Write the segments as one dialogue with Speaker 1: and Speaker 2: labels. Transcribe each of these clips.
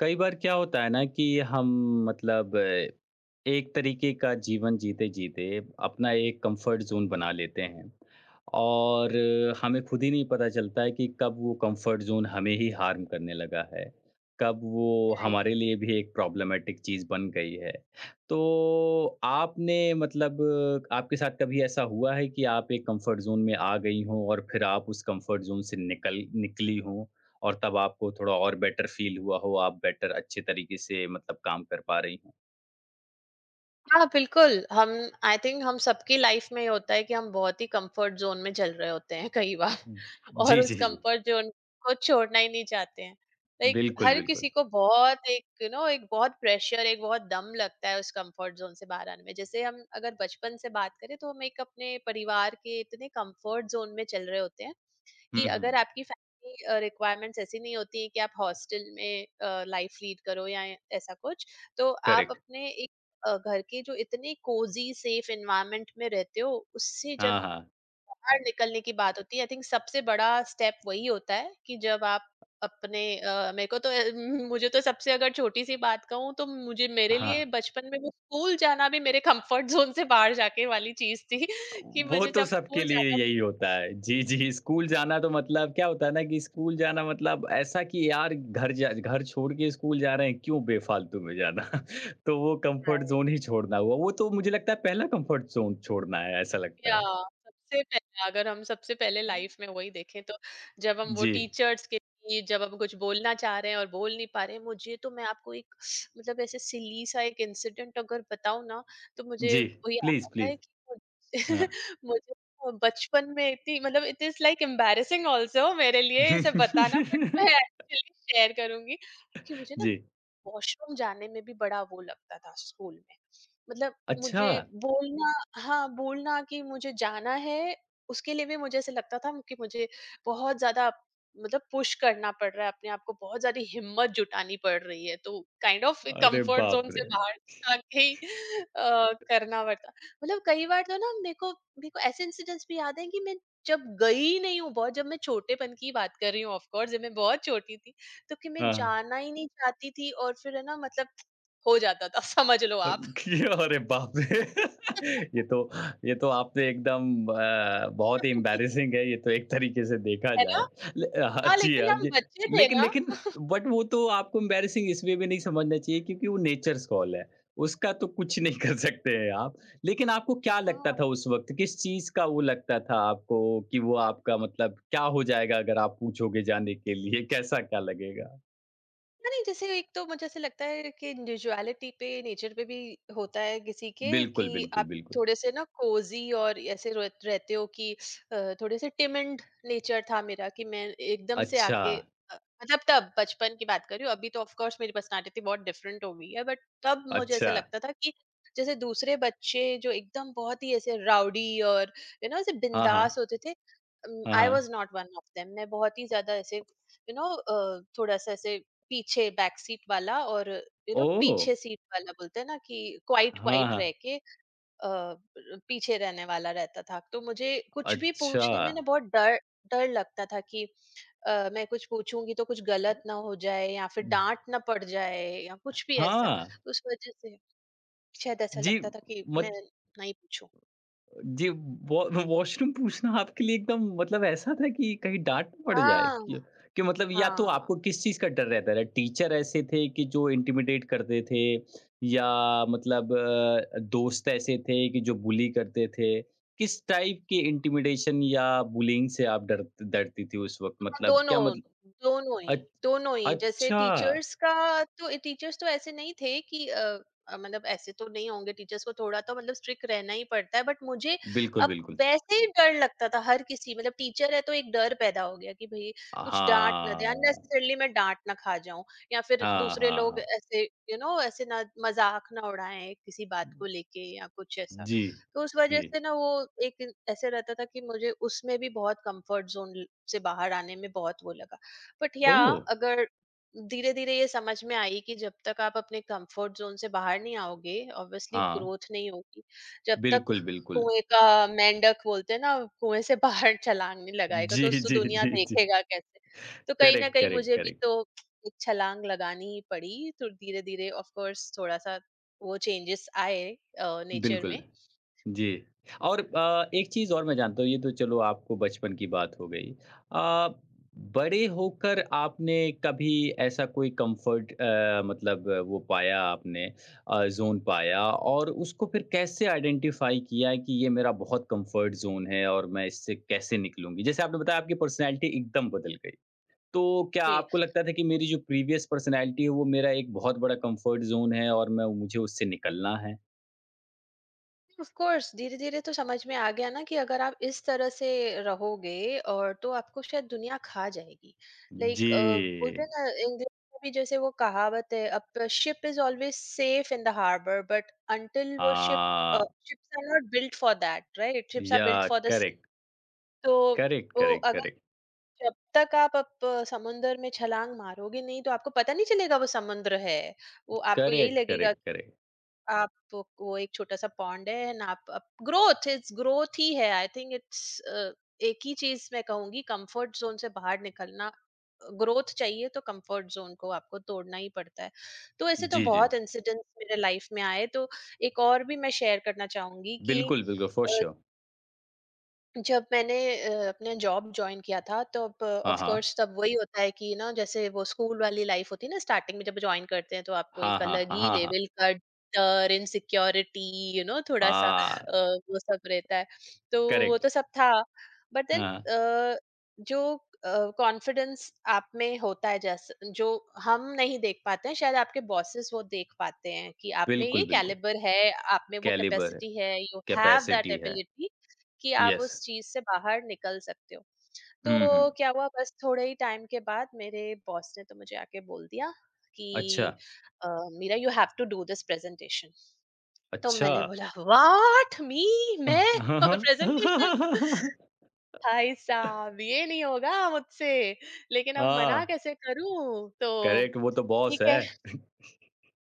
Speaker 1: कई बार क्या होता है ना कि हम मतलब एक तरीके का जीवन जीते-जीते अपना एक कंफर्ट ज़ोन बना लेते हैं और हमें खुद ही नहीं पता चलता है कि कब वो कंफर्ट ज़ोन हमें ही हार्म करने लगा है। कब वो
Speaker 2: राइट।
Speaker 1: हमारे लिए भी एक प्रॉब्लमैटिक चीज़ बन गई है। तो आपने मतलब आपके साथ कभी ऐसा हुआ है कि आप एक कंफर्ट ज़ोन में आ गई हों और फिर आप उस कंफर्ट ज़ोन से निकली हों? और तब आपको थोड़ा और बेटर फ़ील हुआ हो, आप बेटर अच्छे तरीके से मतलब काम कर पा रही हों।
Speaker 2: हाँ, बिल्कुल। हम आई थिंक हम सबकी लाइफ में ये होता है कि हम बहुत ही कंफर्ट जोन में चल रहे होते हैं कई बार।
Speaker 1: जी,
Speaker 2: और
Speaker 1: जी,
Speaker 2: उस
Speaker 1: जी।
Speaker 2: कंफर्ट जोन को छोड़ना ही नहीं चाहते हैं। लाइक
Speaker 1: बिल्कुल,
Speaker 2: हर
Speaker 1: बिल्कुल।
Speaker 2: किसी को बहुत एक यू नो एक बहुत प्रेशर, एक बहुत दम लगता है उस कंफर्ट जोन से बाहर आने में। जैसे हम अगर बचपन से बात करें तो हम एक अपने परिवार के इतने कंफर्ट जोन में चल रहे होते हैं
Speaker 1: हुँ,
Speaker 2: कि
Speaker 1: हुँ,
Speaker 2: अगर
Speaker 1: हुँ।
Speaker 2: आपकी फैमिली रिक्वायरमेंट्स ऐसी नहीं होती है कि आप हॉस्टल में लाइफ लीड करो या ऐसा कुछ, तो आप
Speaker 1: करेक्ट।
Speaker 2: अपने एक घर के जो इतने कोजी सेफ एनवायरमेंट में रहते हो उससे जब
Speaker 1: हाँ, हाँ।
Speaker 2: बाहर निकलने की बात होती है आई थिंक सबसे बड़ा स्टेप वही होता है कि जब आप अपने अ, मेरे को तो अ, मुझे तो सबसे, अगर छोटी सी बात कहूँ तो मुझे
Speaker 1: हाँ।
Speaker 2: मेरे लिए
Speaker 1: हाँ।
Speaker 2: बचपन में वो स्कूल जाना भी मेरे कंफर्ट जोन से बाहर जाके वाली चीज थी कि
Speaker 1: वो
Speaker 2: मुझे
Speaker 1: तो
Speaker 2: जब स्कूल
Speaker 1: सबके लिए
Speaker 2: जाना
Speaker 1: यही होता है। जी, जी, स्कूल जाना तो मतलब क्या होता है ना कि स्कूल जाना मतलब ऐसा कि यार घर जा घर छोड़ के स्कूल जा रहे हैं, क्यों बेफ़ालतू में जाना? तो वो
Speaker 2: पड़ रहा
Speaker 1: कम्फ़र्ट
Speaker 2: है
Speaker 1: ज़ोन ही छोड़ना हुआ। वो तो मुझे लगता है पहला कम्फ़र्ट ज़ोन छोड़ना है, ऐसा लगता
Speaker 2: या
Speaker 1: है।
Speaker 2: सबसे पहले अगर हम सबसे पहले लाइफ में वही देखें तो जब हम वो
Speaker 1: जी।
Speaker 2: टीचर्स के लिए, जब हम कुछ बोलना चाह रहे हैं और बोल नहीं पा रहे हैं। मुझे तो, मैं आपको एक मतलब ऐसे सिली सा एक इंसिडेंट अगर बताऊं ना तो मुझे
Speaker 1: जी।
Speaker 2: वो याद
Speaker 1: प्लीज़,
Speaker 2: आता
Speaker 1: प्लीज़।
Speaker 2: है कि मुझे
Speaker 1: हाँ।
Speaker 2: मुझे वो बचपन में इतनी, मतलब it is like embarrassing also मेरे लिए इसे बताना, बट मैं एक्चुअली शेयर करूंगी कि मुझे ना
Speaker 1: जी,
Speaker 2: वॉशरूम जाने में भी बड़ा वो लगता था स्कूल में। मतलब
Speaker 1: अच्छा!
Speaker 2: मुझे बोलना, हाँ, बोलना कि मुझे जाना है, उसके लिए भी मुझे ऐसा लगता था कि मुझे बहुत ज़्यादा मतलब पुश करना पड़ रहा है, अपने आप को बहुत ज़्यादा हिम्मत जुटानी पड़ रही है, तो काइंड ऑफ
Speaker 1: अरे
Speaker 2: कम्फर्ट
Speaker 1: बाप
Speaker 2: ज़ोन से
Speaker 1: रे!
Speaker 2: बाहर जाके ही करना पड़ता। मतलब कई बार तो ना, मेरे को ऐसे इंसिडेंट्स भी याद हैं कि मैं जब गई नहीं हूँ, बहुत, जब मैं छोटेपन की बात कर रही हूँ, ऑफ कोर्स जब मैं बहुत छोटी थी, तो कि मैं
Speaker 1: हाँ,
Speaker 2: जाना ही नहीं चाहती थी और फिर है ना, मतलब हो जाता था। समझ लो
Speaker 1: अ,
Speaker 2: आप।
Speaker 1: क्यों? अरे बाप रे! ये तो ये तो आपने एकदम बहुत ही एम्बैरेसिंग है ये तो एक तरीके से देखा
Speaker 2: है
Speaker 1: जाए।
Speaker 2: ना?
Speaker 1: ले हाँ
Speaker 2: हाँ,
Speaker 1: जी,
Speaker 2: लेकिन
Speaker 1: हाँ
Speaker 2: हम
Speaker 1: जी।
Speaker 2: बच्चे थे
Speaker 1: लेकिन
Speaker 2: ना।
Speaker 1: लेकिन बट वो तो आपको एम्बैरेसिंग इस वे में नहीं समझना चाहिए क्योंकि वो नेचर्स कॉल है। उसका तो कुछ नहीं कर सकते हैं आप। लेकिन आपको क्या
Speaker 2: हाँ।
Speaker 1: लगता था उस वक़्त? किस चीज़ का वो लगता था आपको कि वो आपका मतलब क्या हो जाएगा अगर आप पूछोगे जाने के लिए? कैसा क्या लगेगा?
Speaker 2: हाँ, नहीं, जैसे एक तो मुझे ऐसे लगता है कि इंडिविजुअलिटी पे, नेचर पे भी होता है किसी के,
Speaker 1: बिल्कुल,
Speaker 2: कि
Speaker 1: बिल्कुल,
Speaker 2: आप
Speaker 1: बिल्कुल।
Speaker 2: थोड़े से ना कोजी और ऐसे रहते हो कि थोड़े से टिमेंड नेचर था मेरा, कि मैं एकदम से
Speaker 1: अच्छा,
Speaker 2: आके अ, मतलब तब बचपन की बात कर रही हूँ, अभी तो ऑफ कोर्स मेरी पर्सनालिटी बहुत डिफरेंट हो गई है। बट तब मुझे ऐसा
Speaker 1: अच्छा।
Speaker 2: लगता था कि जैसे दूसरे बच्चे जो एकदम बहुत ही ऐसे राउडी और यू नो ऐसे
Speaker 1: हाँ, हाँ।
Speaker 2: बिंदास होते थे,
Speaker 1: हाँ,
Speaker 2: आई
Speaker 1: हाँ।
Speaker 2: Was not one of them. मैं बहुत ही ज्यादा ऐसे यू नो थोड़ा सा ऐसे पीछे बैक सीट वाला, और यू नो
Speaker 1: ओह!
Speaker 2: पीछे सीट वाला बोलते हैं ना कि क्वाइट
Speaker 1: हाँ,
Speaker 2: क्वाइट रह
Speaker 1: हाँ।
Speaker 2: के अ, पीछे रहने वाला रहता था। तो मुझे कुछ भी
Speaker 1: अच्छा।
Speaker 2: पूछने में ना बहुत डर डर लगता था कि मैं कुछ पूछूंगी तो कुछ गलत ना हो जाए या फिर डांट ना पड़ जाए या कुछ भी ऐसा।
Speaker 1: हाँ,
Speaker 2: तो उस वजह से शायद ऐसा
Speaker 1: जी
Speaker 2: लगता था कि मैं
Speaker 1: मत
Speaker 2: नहीं पूछूं।
Speaker 1: जी वॉ वॉशरूम पूछना आपके लिए एकदम मतलब ऐसा था कि कहीं डाँट ना पड़ जाए
Speaker 2: हाँ,
Speaker 1: कि मतलब या तो
Speaker 2: हाँ।
Speaker 1: आपको किस चीज़ का डर रहता था? टीचर ऐसे थे कि जो इंटिमिडेट करते थे या मतलब दोस्त ऐसे थे कि जो बुली करते थे? किस टाइप के इंटिमिडेशन या बुलिंग से आप डर डरती थी उस वक़्त?
Speaker 2: हाँ,
Speaker 1: मतलब क्या
Speaker 2: दोनों,
Speaker 1: मतलब
Speaker 2: दोनों ही,
Speaker 1: अच
Speaker 2: दोनों ही। जैसे
Speaker 1: अच्छा।
Speaker 2: टीचर्स का तो, ए टीचर्स तो ऐसे नहीं थे कि मतलब ऐसे तो नहीं होंगे। टीचर्स को थोड़ा तो मतलब स्ट्रिक्ट रहना ही पड़ता है। बट मुझे
Speaker 1: बिल्कुल,
Speaker 2: अब
Speaker 1: बिल्कुल।
Speaker 2: वैसे ही डर लगता था हर किसी, मतलब टीचर है तो एक डर पैदा हो गया कि भई कुछ डाँट
Speaker 1: हाँ,
Speaker 2: ना दें, अननेसेसरीली मैं डाँट ना खा जाऊँ, या फिर
Speaker 1: हाँ,
Speaker 2: दूसरे
Speaker 1: हाँ,
Speaker 2: लोग
Speaker 1: हाँ।
Speaker 2: ऐसे यू you नो know, ऐसे ना मज़ाक ना उड़ाएँ किसी बात को लेके या कुछ ऐसा।
Speaker 1: जी,
Speaker 2: तो उस वजह
Speaker 1: जी।
Speaker 2: से ना वो एक ऐसे रहता था कि मुझे उसमें भी बहुत कंफर्ट जोन से बाहर आने में बहुत वो लगा, बट या
Speaker 1: ओह!
Speaker 2: अगर धीरे धीरे ये समझ में आई कि जब तक आप अपने कंफर्ट जोन से बाहर नहीं आओगे ऑब्वियसली
Speaker 1: हाँ,
Speaker 2: ग्रोथ नहीं होगी। जब तक,
Speaker 1: बिल्कुल, बिल्कुल।
Speaker 2: कुएं का मेंढक बोलते हैं ना, कुएं से बाहर छलांग नहीं लगाएगा
Speaker 1: जी,
Speaker 2: तो उसको
Speaker 1: जी,
Speaker 2: दुनिया
Speaker 1: जी, जी।
Speaker 2: देखेगा कैसे? तो कहीं ना
Speaker 1: करेक्ट,
Speaker 2: कहीं
Speaker 1: करेक्ट,
Speaker 2: मुझे भी
Speaker 1: करेक्ट।
Speaker 2: तो एक छलांग लगानी ही पड़ी, तो धीरे धीरे ऑफ कोर्स थोड़ा सा वो चेंजेस आए नेचर
Speaker 1: बिल्कुल।
Speaker 2: में।
Speaker 1: जी। और एक चीज़ और मैं जानता हूँ, ये तो चलो आपको बचपन की बात हो गई। अ, बड़े होकर आपने कभी ऐसा कोई कम्फ़र्ट मतलब वो पाया आपने ज़ोन पाया और उसको फिर कैसे आइडेंटिफ़ाई किया कि ये मेरा बहुत कम्फ़र्ट ज़ोन है और मैं इससे कैसे निकलूँगी? जैसे आपने बताया आपकी पर्सनैलिटी एकदम बदल गई। तो क्या आपको लगता था कि मेरी जो प्रीवियस पर्सनैलिटी है वो मेरा एक बहुत बड़ा कम्फ़र्ट ज़ोन है और मैं मुझे उससे निकलना है?
Speaker 2: ऑफ कोर्स धीरे धीरे तो समझ में आ गया ना, कि अगर आप इस तरह से रहोगे और, तो आपको शायद दुनिया खा जाएगी। लाइक
Speaker 1: जी।
Speaker 2: बोलते हैं ना इंग्लिश में भी, जैसे वो कहावत है, अब ship is always safe in the harbour, but until वो शिप
Speaker 1: हाँ,
Speaker 2: ships are not built for that right, ships are
Speaker 1: या
Speaker 2: built for the sea.
Speaker 1: Correct,
Speaker 2: तो
Speaker 1: करेक्ट,
Speaker 2: वो अगर,
Speaker 1: करेक्ट,
Speaker 2: जब तक आप समुंदर में छलांग मारोगे नहीं तो आपको पता नहीं चलेगा वो समुद्र है। वो आपको यही
Speaker 1: करेक्ट, करेक्ट,
Speaker 2: लगेगा
Speaker 1: करेक्ट, करेक्ट।
Speaker 2: आप वो एक छोटा-सा पॉन्ड है। एंड आप ग्रोथ, इट्स ग्रोथ ही है आई थिंक। इट्स एक ही चीज़ मैं कहूँगी, कंफर्ट ज़ोन से बाहर निकलना, ग्रोथ चाहिए तो कंफर्ट ज़ोन को आपको तोड़ना ही पड़ता है। तो ऐसे तो
Speaker 1: जी, जी।
Speaker 2: बहुत इंसिडेंट्स मेरे लाइफ में आए। तो एक और भी मैं शेयर करना चाहूँगी कि
Speaker 1: बिल्कुल, बिल्कुल, फ़ॉर
Speaker 2: अ,
Speaker 1: श्योर।
Speaker 2: जब मैंने अपना जॉब जॉइन किया था तब
Speaker 1: हाँ,
Speaker 2: ऑफ
Speaker 1: हाँ।
Speaker 2: कोर्स तब वही होता है कि ना, जैसे वो स्कूल वाली लाइफ होती है ना, स्टार्टिंग में जब ज्वाइन करते हैं तो आपको
Speaker 1: हाँ,
Speaker 2: एक
Speaker 1: हाँ,
Speaker 2: अलग
Speaker 1: हाँ,
Speaker 2: ही
Speaker 1: हाँ, हाँ।
Speaker 2: लेवल का डर, इनसिक्योरिटी, यू नो, थोड़ा सा
Speaker 1: हाँ,
Speaker 2: वो सब रहता है। तो वो
Speaker 1: करेक्ट।
Speaker 2: तो सब था। बट देन
Speaker 1: हाँ,
Speaker 2: जो कॉन्फिडेंस आप में होता है, जैसे जो हम नहीं देख पाते हैं शायद आपके बॉसेस वो देख पाते हैं, कि आप में
Speaker 1: बिल्कुल,
Speaker 2: ये
Speaker 1: बिल्कुल।
Speaker 2: कैलिबर है, आप में वो
Speaker 1: कैलिबर है,
Speaker 2: कैपेसिटी है, यू हैव दैट
Speaker 1: कैपेसिटी है।
Speaker 2: एबिलिटी कि आप
Speaker 1: यस।
Speaker 2: उस चीज़ से बाहर निकल सकते हो।
Speaker 1: हुँ, हुँ।
Speaker 2: तो क्या हुआ, बस थोड़े ही टाइम के बाद मेरे बॉस ने तो मुझे आके बोल दिया
Speaker 1: अच्छा,
Speaker 2: कि अ, "Meera, you have to do this presentation." तो
Speaker 1: अच्छा।
Speaker 2: मैंने बोला, "व्हाट! मी? मैं? और
Speaker 1: हाँ, हाँ।
Speaker 2: प्रेज़ेंटेशन? भाई साहब ये नहीं होगा मुझसे, लेकिन अब
Speaker 1: हाँ,
Speaker 2: मना कैसे करूँ? तो
Speaker 1: करेक्ट वो तो बॉस
Speaker 2: ठीक
Speaker 1: है।
Speaker 2: है,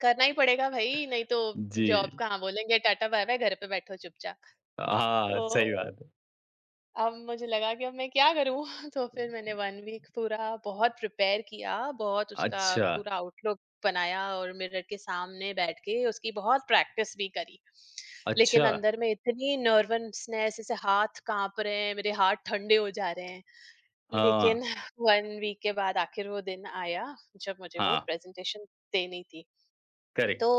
Speaker 2: करना ही पड़ेगा भई, नहीं तो
Speaker 1: जी।
Speaker 2: जॉब कहाँ बोलेंगे, टाटा बाय-बाय, घर पे बैठो चुपचाप।"
Speaker 1: हाँ, सही
Speaker 2: तो
Speaker 1: बात है।
Speaker 2: अब मुझे लगा कि अब मैं क्या करूँ? तो फिर मैंने 1 वीक पूरा बहुत प्रिपेयर किया, बहुत उसका
Speaker 1: अच्छा,
Speaker 2: पूरा आउटलुक बनाया और मिरर के सामने बैठ के उसकी बहुत प्रैक्टिस भी करी। लेकिन
Speaker 1: अच्छा।
Speaker 2: अंदर में इतनी नर्वसनेस, जैसे हाथ काँप रहे हैं, मेरे हाथ ठंडे हो जा रहे हैं।
Speaker 1: हाँ,
Speaker 2: लेकिन 1 वीक के बाद आखिर वो दिन आया, जब मुझे वो
Speaker 1: हाँ,
Speaker 2: प्रेज़ेंटेशन देनी थी। तो
Speaker 1: करेक्ट।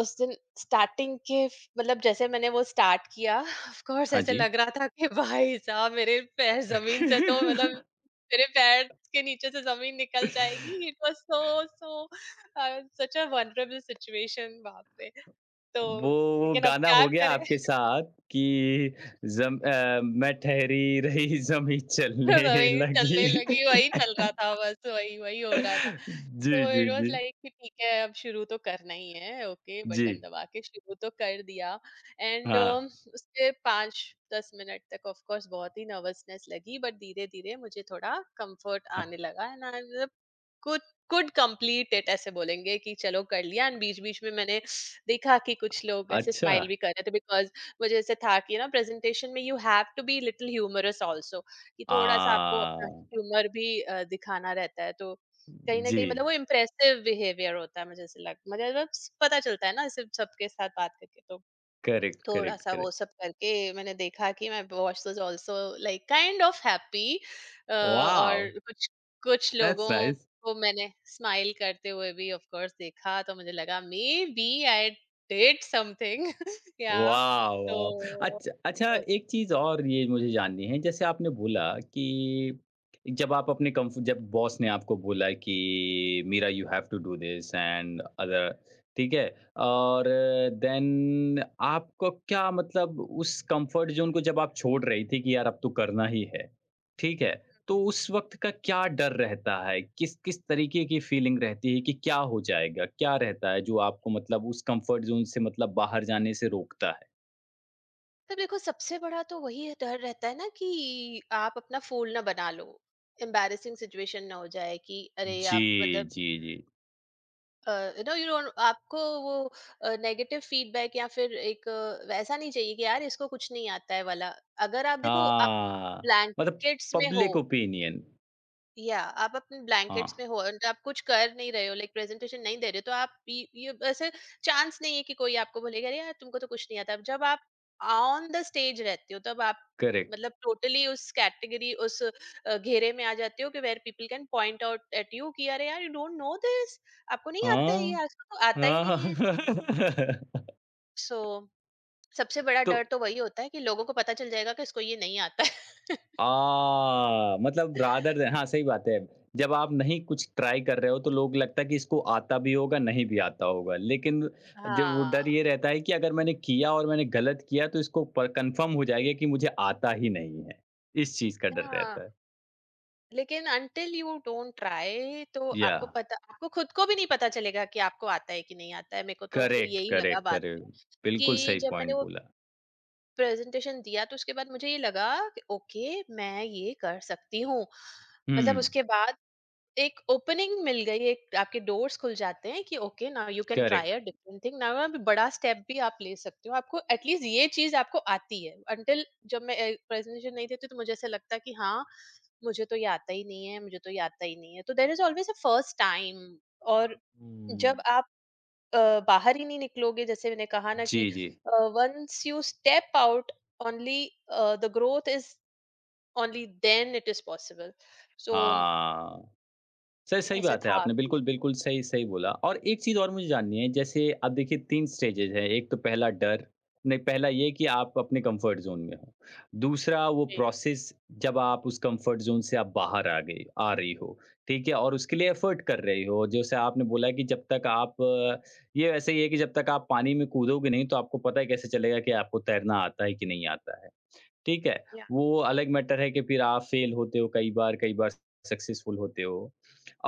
Speaker 2: उस दिन स्टार्टिंग के फ मतलब, जैसे मैंने वो स्टार्ट किया, ऑफ कोर्स
Speaker 1: हाँ
Speaker 2: ऐसे
Speaker 1: जी।
Speaker 2: लग रहा था कि भाई साहब मेरे पैर ज़मीन से तो, मतलब मेरे पैर के नीचे से ज़मीन निकल जाएगी। It was so such a vulnerable situation, बाप रे! तो
Speaker 1: वो
Speaker 2: लेकिन अब
Speaker 1: गाना
Speaker 2: क्या
Speaker 1: हो गया
Speaker 2: करें?
Speaker 1: आपके साथ कि मैं ठहरी रही ज़मीं चलने
Speaker 2: वही
Speaker 1: लगी।
Speaker 2: चलने लगी, वही चल रहा था, बस वही, वही हो रहा था।
Speaker 1: जी,
Speaker 2: तो
Speaker 1: जी,
Speaker 2: इट वाज
Speaker 1: जी।
Speaker 2: लाइक कि ठीक है अब शुरू तो करना ही है, ओके
Speaker 1: जी,
Speaker 2: बटन दबा के शुरू तो कर दिया, एंड
Speaker 1: हाँ।
Speaker 2: उसके 5-10 मिनट तक ऑफ कोर्स बहुत ही नर्वसनेस लगी, बट धीरे धीरे मुझे थोड़ा कंफर्ट
Speaker 1: अ,
Speaker 2: आने लगा। And I could could complete it, ऐसे बोलेंगे कि चलो कर लिया। एंड बीच बीच में मैंने देखा कि कुछ लोग ऐसे
Speaker 1: अच्छा।
Speaker 2: स्माइल भी कर रहे थे बिकॉज मुझे ऐसे था कि ना, प्रेजेंटेशन में you have to be little humorous also, कि थोड़ा सा आपको
Speaker 1: आ,
Speaker 2: अपना ह्यूमर भी दिखाना रहता है। तो कहीं न
Speaker 1: जी।
Speaker 2: कहीं, मतलब वो इम्प्रेसिव बिहेवियर होता है, मुझे ऐसे लग, मतलब पता चलता है ना सिर्फ सबके साथ बात करके तो।
Speaker 1: करेक्ट, करेक्ट,
Speaker 2: थोड़ा-सा वो
Speaker 1: करेक्ट।
Speaker 2: सब करके मैंने देखा कि मैं was was also like kind of happy, और
Speaker 1: वॉव!
Speaker 2: कुछ कुछ
Speaker 1: दैट्स
Speaker 2: लोगों
Speaker 1: नाइस।
Speaker 2: को मैंने स्माइल करते हुए भी ऑफ कोर्स देखा, तो मुझे लगा maybe I did something. या
Speaker 1: वाह,
Speaker 2: तो
Speaker 1: वाह! अच्छा एक चीज़ और ये मुझे जाननी है, जैसे आपने बोला कि जब आप अपने कम्फ जब बॉस ने आपको बोला कि Meera you have to do this and other ठीक है? और देन आपको क्या मतलब उस कम्फर्ट ज़ोन को जब आप छोड़ रही थी कि यार अब तो करना ही है, ठीक है? तो उस वक़्त का क्या डर रहता है? किस किस तरीके की फीलिंग रहती है कि क्या हो जाएगा? क्या रहता है जो आपको मतलब उस कम्फ़र्ट ज़ोन से मतलब बाहर जाने से रोकता है?
Speaker 2: तो देखो सबसे बड़ा तो वही है, डर रहता है ना कि आप अपना फूल ना बना लो, एम्बैरेसिंग सिचुएशन ना हो जाए कि अरे
Speaker 1: जी,
Speaker 2: आप, मतलब
Speaker 1: जी, जी।
Speaker 2: यू नो यू डोंट, आपको वो नेगेटिव फीडबैक या फिर एक वैसा नहीं चाहिए कि यार इसको कुछ नहीं आता है वाला। अगर आप देखो आप
Speaker 1: हाँ, मतलब
Speaker 2: ब्लैंकेट्स में हो,
Speaker 1: पब्लिक ओपिनियन।
Speaker 2: या आप अपने
Speaker 1: हाँ,
Speaker 2: ब्लैंकेट्स में हो और आप कुछ कर नहीं रहे हो, लाइक प्रेजेंटेशन नहीं दे रहे हो, तो आप ये ऐसे चांस नहीं है कि कोई आपको बोलेगा अरे यार तुमको तो कुछ नहीं आता। जब आप ऑन द स्टेज रहते हो तब आप
Speaker 1: करेक्ट।
Speaker 2: मतलब टोटली उस कैटेगरी, उस घेरे में आ जाते हो कि where people can point out at you कि अरे यार, यू डोंट नो दिस, आपको नहीं आता है ये,
Speaker 1: हाँ,
Speaker 2: आपको तो आता ही
Speaker 1: हाँ।
Speaker 2: नहीं है। सो सबसे बड़ा
Speaker 1: तो
Speaker 2: डर तो वही होता है कि लोगों को पता चल जाएगा कि इसको ये नहीं आता है।
Speaker 1: मतलब रादर देन हाँ, सही बात है। जब आप नहीं कुछ ट्राई कर रहे हो तो लोग लगता है कि इसको आता भी होगा, नहीं भी आता होगा। लेकिन जब वो डर
Speaker 2: हाँ,
Speaker 1: ये रहता है कि अगर मैंने किया और मैंने गलत किया तो इसको प कन्फर्म हो जाएगा कि मुझे आता ही नहीं है। इस चीज़ का डर
Speaker 2: हाँ।
Speaker 1: रहता है।
Speaker 2: लेकिन अंटिल यू डोंट ट्राई, तो आपको
Speaker 1: याह!
Speaker 2: पता, आपको खुद को भी नहीं पता चलेगा कि आपको आता है कि नहीं आता है। मेरे को तो फिर
Speaker 1: करेक्ट,
Speaker 2: यही लगा
Speaker 1: करेक्ट,
Speaker 2: बाद में
Speaker 1: करेक्ट। बिल्कुल
Speaker 2: कि
Speaker 1: सही
Speaker 2: जब मैंने
Speaker 1: पॉइंट
Speaker 2: वो
Speaker 1: बोला।
Speaker 2: प्रेजेंटेशन दिया तो उसके बाद मुझे ये लगा कि ओके मैं ये कर सकती हूँ। मतलब
Speaker 1: हुँ,
Speaker 2: उसके बाद एक ओपनिंग मिल गई, एक, आपके डोर्स खुल जाते हैं कि okay now you can try
Speaker 1: correct.
Speaker 2: A different thing, now आप बड़ा स्टेप भी आप ले सकते हो, आपको एटलीस्ट ये चीज़ आपको आती है। अंटिल जब मैं प्रेज़ेंटेशन नहीं देती तो मुझे ऐसा लगता है कि हाँ, मुझे तो ये आता ही नहीं है, मुझे तो ये आता ही नहीं है। तो there is always a first time, और
Speaker 1: हुँ।
Speaker 2: जब आप बाहर ही नहीं निकलोगे, जैसे मैंने कहा ना कि
Speaker 1: जी, जी।
Speaker 2: Uh, once you step out, only the growth is, only then it is possible. So
Speaker 1: हाँ। सर, सही
Speaker 2: ऐसा
Speaker 1: बात है
Speaker 2: था
Speaker 1: आपने,
Speaker 2: कि
Speaker 1: बिल्कुल, बिल्कुल सही सही बोला और एक चीज़ और मुझे जाननी है, जैसे अब देखिए 3 स्टेजेज़ हैं, एक तो पहला डर, नहीं पहला ये कि आप अपने कम्फ़र्ट ज़ोन में हो। दूसरा वो
Speaker 2: जी।
Speaker 1: प्रोसेस जब आप उस कम्फ़र्ट ज़ोन से आप बाहर आ रही हो, ठीक है? और उसके लिए एफ़र्ट कर रही हो, जैसे आपने बोला कि जब तक आप ये ऐसे ही है कि जब तक आप पानी में कूदोगे नहीं, तो आपको पता ही कैसे चलेगा कि आपको तैरना आता है कि नहीं आता है। ठीक है?
Speaker 2: या,
Speaker 1: वो अलग मैटर है कि फिर आप फेल होते हो कई बार सक्सेसफुल होते हो।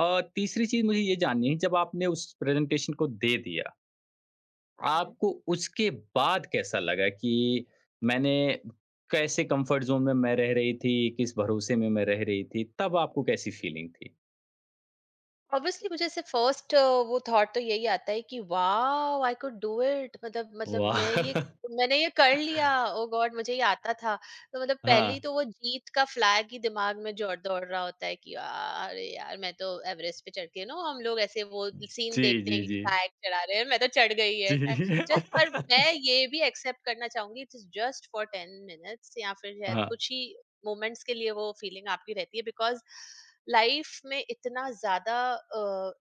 Speaker 1: और तीसरी चीज़ मुझे ये जाननी है जब आपने उस प्रेज़ेंटेशन को दे दिया, आपको उसके बाद कैसा लगा कि मैंने कैसे कम्फ़र्ट ज़ोन में मैं रह रही थी, किस भरोसे में मैं रह रही थी, तब आपको कैसी फीलिंग थी?
Speaker 2: ऑब्वियसली मुझे ऐसे फर्स्ट वो थॉट तो यही आता है कि wow I could do it, मतलब
Speaker 1: वाह!
Speaker 2: मैं ये, मैंने ये कर लिया, ओ गॉड मुझे ये आता था। तो मतलब
Speaker 1: हाँ।
Speaker 2: पहली तो वो जीत का फ्लैग ही दिमाग में जोर दौड़ रहा होता है कि यार, अरे यार मैं तो एवरेस्ट पे चढ़ के, ना हम लोग ऐसे वो सीन
Speaker 1: जी,
Speaker 2: देखते हैं
Speaker 1: जी,
Speaker 2: कि
Speaker 1: जी।
Speaker 2: फ्लैग चढ़ा रहे हैं, मैं तो चढ़ गई है
Speaker 1: जी।
Speaker 2: जस्ट। पर मैं ये भी एक्सेप्ट करना चाहूंगी, it is just for 10 minutes या फिर शायद
Speaker 1: हाँ।
Speaker 2: कुछ ही मोमेंट्स के लिए वो फीलिंग आपकी रहती है बिकॉज लाइफ में इतना ज्यादा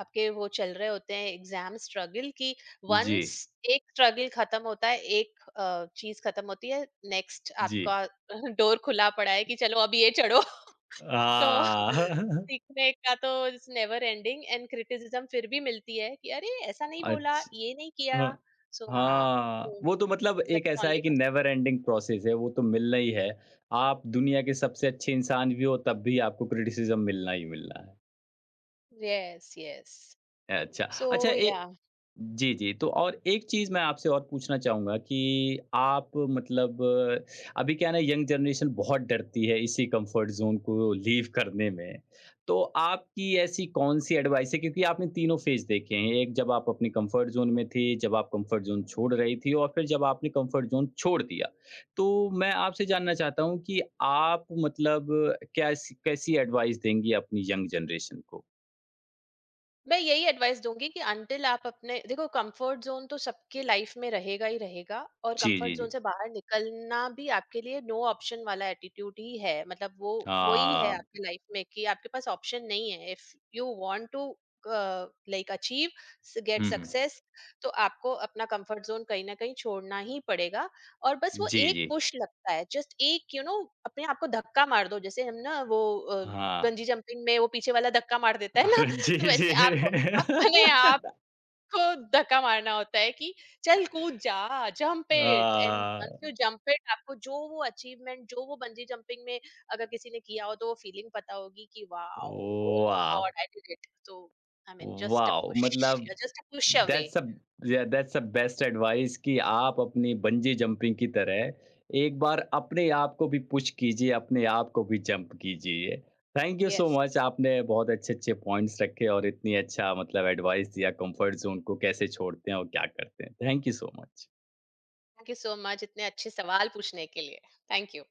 Speaker 2: आपके वो चल रहे होते हैं, एग्जाम, स्ट्रगल की
Speaker 1: जी,
Speaker 2: वंस, एक स्ट्रगल खत्म होता है, एक चीज खत्म होती है, नेक्स्ट
Speaker 1: जी।
Speaker 2: आपका डोर खुला पड़ा है कि चलो अब ये चढ़ो।
Speaker 1: आ,
Speaker 2: तो सीखने का तो it's never ending and criticism फिर भी मिलती है कि अरे ऐसा नहीं बोला,
Speaker 1: अच्छ
Speaker 2: ये नहीं किया।
Speaker 1: हाँ,
Speaker 2: सो हाँ,
Speaker 1: हाँ,
Speaker 2: तो
Speaker 1: वो तो मतलब एक
Speaker 2: दैट्स
Speaker 1: ऐसा है
Speaker 2: ओनली।
Speaker 1: कि नेवर एंडिंग प्रोसेस है, वो तो मिलना ही है। आप दुनिया के सबसे अच्छे इंसान भी हो, तब भी आपको क्रिटिसिज़्म मिलना ही मिलना है।
Speaker 2: Yes, yes.
Speaker 1: अच्छा,
Speaker 2: सो
Speaker 1: अच्छा ए
Speaker 2: या,
Speaker 1: जी, जी। तो और एक चीज़ मैं आपसे और पूछना चाहूँगा कि आप मतलब अभी क्या है ना यंग जनरेशन बहुत डरती है इसी कम्फर्ट ज़ोन को लीव करने में। तो आपकी ऐसी कौन-सी एडवाइस है क्योंकि आपने तीनों फ़ेज़ देखे हैं, एक जब आप अपने कम्फर्ट ज़ोन में थे, जब आप कम्फर्ट ज़ोन छोड़ रही थी और फिर जब आपने कम्फर्ट ज़ोन छोड़ दिया। तो मैं आपसे जानना चाहता हूँ कि आप मतलब कैसी कैसी एडवाइस देंगी अपनी यंग जनरेशन को?
Speaker 2: मैं यही एडवाइस दूंगी कि अंटिल आप अपने, देखो कंफर्ट जोन तो सबके लाइफ में रहेगा ही रहेगा, और
Speaker 1: जी,
Speaker 2: कंफर्ट
Speaker 1: जी,
Speaker 2: जोन
Speaker 1: जी।
Speaker 2: से बाहर निकलना भी आपके लिए नो ऑप्शन वाला एटीट्यूड ही है, मतलब वो वही है
Speaker 1: हाँ।
Speaker 2: आपकी लाइफ में कि आपके पास ऑप्शन नहीं है, if you want to like achieve, get
Speaker 1: hmm, hmm.
Speaker 2: Success, तो आपको अपना कंफर्ट जोन कहीं ना कहीं छोड़ना ही पड़ेगा। और बस वो
Speaker 1: जी,
Speaker 2: एक
Speaker 1: जी।
Speaker 2: पुश लगता है, जस्ट एक यू you नो know, अपने आप को धक्का मार दो, जैसे हम ना वो
Speaker 1: हाँ।
Speaker 2: बंजी जंपिंग में वो पीछे वाला धक्का मार देता है ना,
Speaker 1: जी,
Speaker 2: तो
Speaker 1: जी।
Speaker 2: वैसे आपको अपने आप को धक्का मारना होता है कि चल कूद जा, jump
Speaker 1: uh,
Speaker 2: it, and once you jump it आपको जो वो अचीवमेंट, जो वो बंजी जंपिंग में अगर किसी ने किया हो तो वो फीलिंग पता होगी कि वाओ, ओह
Speaker 1: वाह!
Speaker 2: God I did it. तो I mean just a
Speaker 1: wow!
Speaker 2: Push,
Speaker 1: मतलब
Speaker 2: you are just a push away.
Speaker 1: That's a या दैट्स अ बेस्ट एडवाइस कि आप अपनी बंजी जंपिंग की तरह एक बार अपने आप को भी पुश कीजिए, अपने आप को भी जंप कीजिए। Thank you so
Speaker 2: yes,
Speaker 1: much आपने बहुत अच्छे-अच्छे पॉइंट्स रखे और इतनी अच्छा मतलब एडवाइस दिया कंफर्ट ज़ोन को कैसे छोड़ते हैं और क्या करते हैं। Thank you so much.
Speaker 2: Thank you so much इतने अच्छे सवाल पूछने के लिए। Thank you.